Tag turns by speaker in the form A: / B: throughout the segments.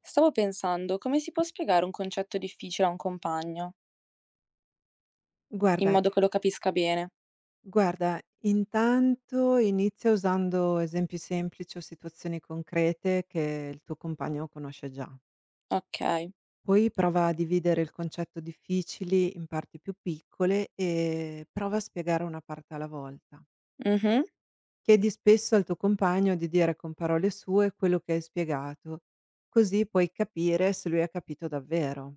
A: Stavo pensando, come si può spiegare un concetto difficile a un compagno, in
B: Guarda
A: modo che lo capisca bene?
B: guarda, intanto inizia usando esempi semplici o situazioni concrete che il tuo compagno conosce già.
A: Okay.
B: Poi prova a dividere il concetto difficili in parti più piccole e prova a spiegare una parte alla volta.
A: Mh-mh.
B: Chiedi spesso al tuo compagno di dire con parole sue quello che hai spiegato, così puoi capire se lui ha capito davvero.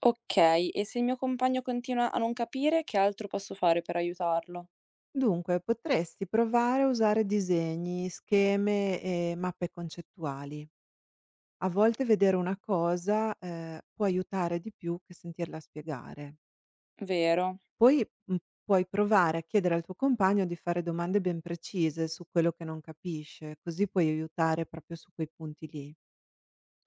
A: Okay, e se il mio compagno continua a non capire, che altro posso fare per aiutarlo?
B: Dunque, potresti provare a usare disegni, scheme e mappe concettuali. A volte vedere una cosa, può aiutare di più che sentirla spiegare.
A: Vero.
B: Poi, mhmm, Puoi provare a chiedere al tuo compagno di fare domande ben precise su quello che non capisce, così puoi aiutare proprio su quei punti lì.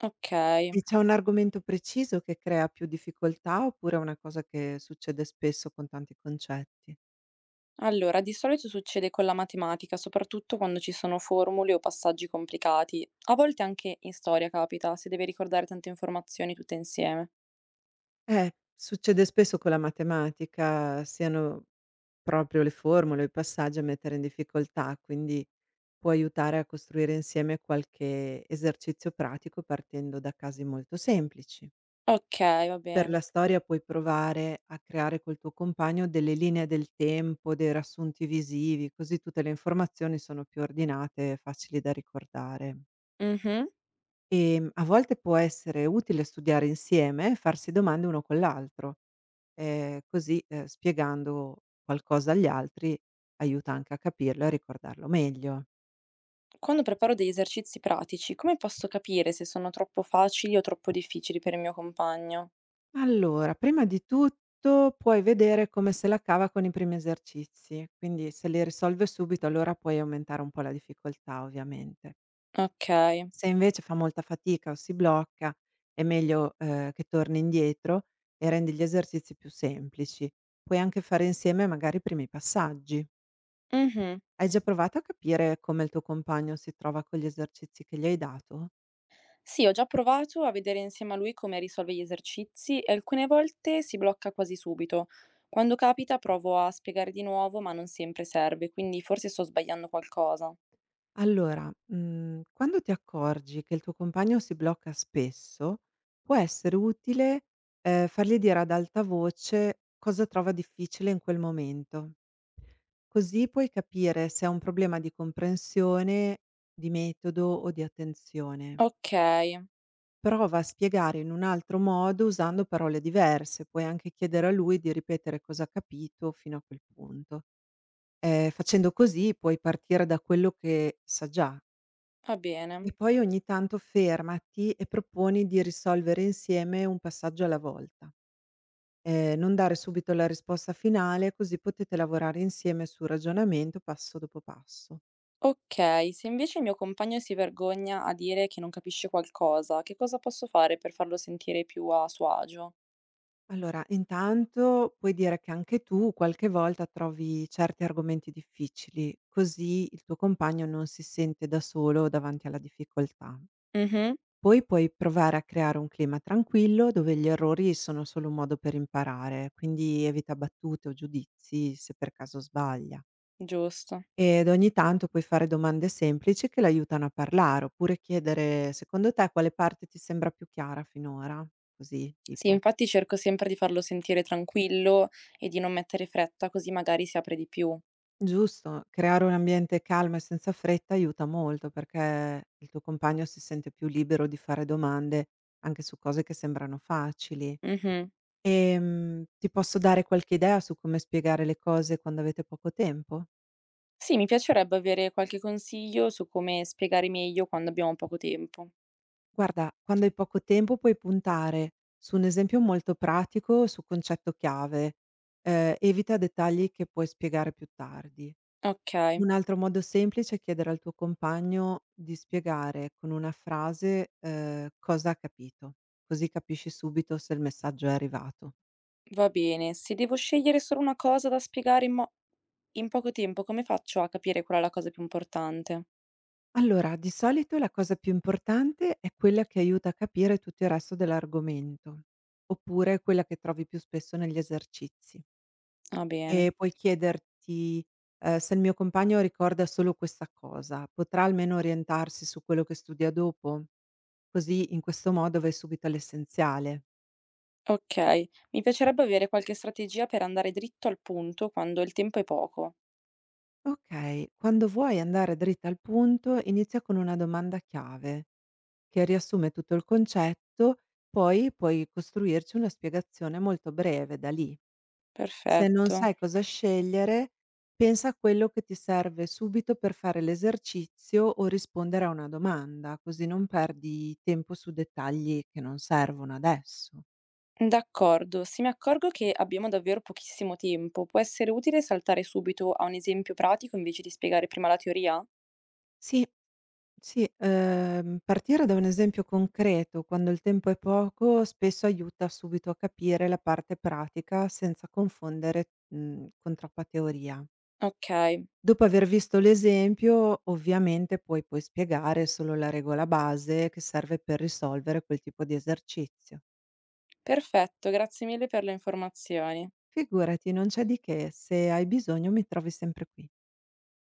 A: Okay.
B: E c'è un argomento preciso che crea più difficoltà oppure è una cosa che succede spesso con tanti concetti?
A: Allora, di solito succede con la matematica, soprattutto quando ci sono formule o passaggi complicati. A volte anche in storia capita, se deve ricordare tante informazioni tutte insieme.
B: Succede spesso con la matematica, siano proprio le formule, o i passaggi a mettere in difficoltà, quindi può aiutare a costruire insieme qualche esercizio pratico partendo da casi molto semplici.
A: Okay, va
B: Per
A: bene.
B: la storia puoi provare a creare col tuo compagno delle linee del tempo, dei riassunti visivi, così tutte le informazioni sono più ordinate e facili da ricordare.
A: Mh-mh.
B: E a volte può essere utile studiare insieme e farsi domande uno con l'altro. Spiegando qualcosa agli altri aiuta anche a capirlo e a ricordarlo meglio.
A: Quando preparo degli esercizi pratici, come posso capire se sono troppo facili o troppo difficili per il mio compagno?
B: Allora, prima di tutto puoi vedere come se la cava con i primi esercizi, quindi se li risolve subito allora puoi aumentare un po' la difficoltà ovviamente.
A: Ok.
B: Se invece fa molta fatica o si blocca è meglio, che torni indietro e rendi gli esercizi più semplici. Puoi anche fare insieme magari i primi passaggi.
A: Mhm.
B: Hai già provato a capire come il tuo compagno si trova con gli esercizi che gli hai dato?
A: Sì, ho già provato a vedere insieme a lui come risolve gli esercizi e alcune volte si blocca quasi subito. Quando capita provo a spiegare di nuovo, ma non sempre serve, quindi forse sto sbagliando qualcosa.
B: Quando ti accorgi che il tuo compagno si blocca spesso, può essere utile, fargli dire ad alta voce cosa trova difficile in quel momento. Così puoi capire se è un problema di comprensione, di metodo o di attenzione.
A: Ok,
B: Prova a spiegare in un altro modo usando parole diverse, puoi anche chiedere a lui di ripetere cosa ha capito fino a quel punto. Facendo così puoi partire da quello che sa già
A: va bene.
B: e poi ogni tanto fermati e proponi di risolvere insieme un passaggio alla volta. Non dare subito la risposta finale, così potete lavorare insieme sul ragionamento passo dopo passo.
A: Ok, se invece il mio compagno si vergogna a dire che non capisce qualcosa, che cosa posso fare per farlo sentire più a suo agio?
B: Allora, intanto puoi dire che anche tu qualche volta trovi certi argomenti difficili, così il tuo compagno non si sente da solo davanti alla difficoltà.
A: Mhm.
B: Poi puoi provare a creare un clima tranquillo dove gli errori sono solo un modo per imparare, quindi evita battute o giudizi se per caso sbaglia.
A: Giusto.
B: Ed ogni tanto puoi fare domande semplici che l'aiutano a parlare, oppure chiedere secondo te quale parte ti sembra più chiara finora? Così
A: Sì,
B: tipo.
A: infatti cerco sempre di farlo sentire tranquillo e di non mettere fretta, così magari si apre di più.
B: Giusto, creare un ambiente calmo e senza fretta aiuta molto perché il tuo compagno si sente più libero di fare domande anche su cose che sembrano facili.
A: Mh-mh.
B: Ti posso dare qualche idea su come spiegare le cose quando avete poco tempo?
A: Sì, mi piacerebbe avere qualche consiglio su come spiegare meglio quando abbiamo poco tempo.
B: Guarda, quando hai poco tempo puoi puntare su un esempio molto pratico, su concetto chiave. Evita dettagli che puoi spiegare più tardi.
A: Okay,
B: Un altro modo semplice è chiedere al tuo compagno di spiegare con una frase, cosa ha capito, così capisci subito se il messaggio è arrivato.
A: va bene. Se devo scegliere solo una cosa da spiegare in poco tempo, come faccio a capire qual è la cosa più importante?
B: Allora, di solito la cosa più importante è quella che aiuta a capire tutto il resto dell'argomento, oppure quella che trovi più spesso negli esercizi.
A: Va bene.
B: E puoi chiederti, se il mio compagno ricorda solo questa cosa, potrà almeno orientarsi su quello che studia dopo? Così in questo modo vai subito all'essenziale.
A: Okay, mi piacerebbe avere qualche strategia per andare dritto al punto quando il tempo è poco.
B: Okay, quando vuoi andare dritta al punto inizia con una domanda chiave che riassume tutto il concetto, poi puoi costruirci una spiegazione molto breve da lì. Se non
A: Perfetto.
B: sai cosa scegliere, pensa a quello che ti serve subito per fare l'esercizio o rispondere a una domanda, così non perdi tempo su dettagli che non servono adesso.
A: D'accordo, se mi accorgo che abbiamo davvero pochissimo tempo, può essere utile saltare subito a un esempio pratico invece di spiegare prima la teoria?
B: Sì, sì, partire da un esempio concreto quando il tempo è poco spesso aiuta subito a capire la parte pratica senza confondere, con troppa teoria.
A: Ok,
B: Dopo aver visto l'esempio, ovviamente poi puoi spiegare solo la regola base che serve per risolvere quel tipo di esercizio.
A: perfetto, grazie mille per le informazioni.
B: Figurati, non c'è di che, se hai bisogno mi trovi sempre qui.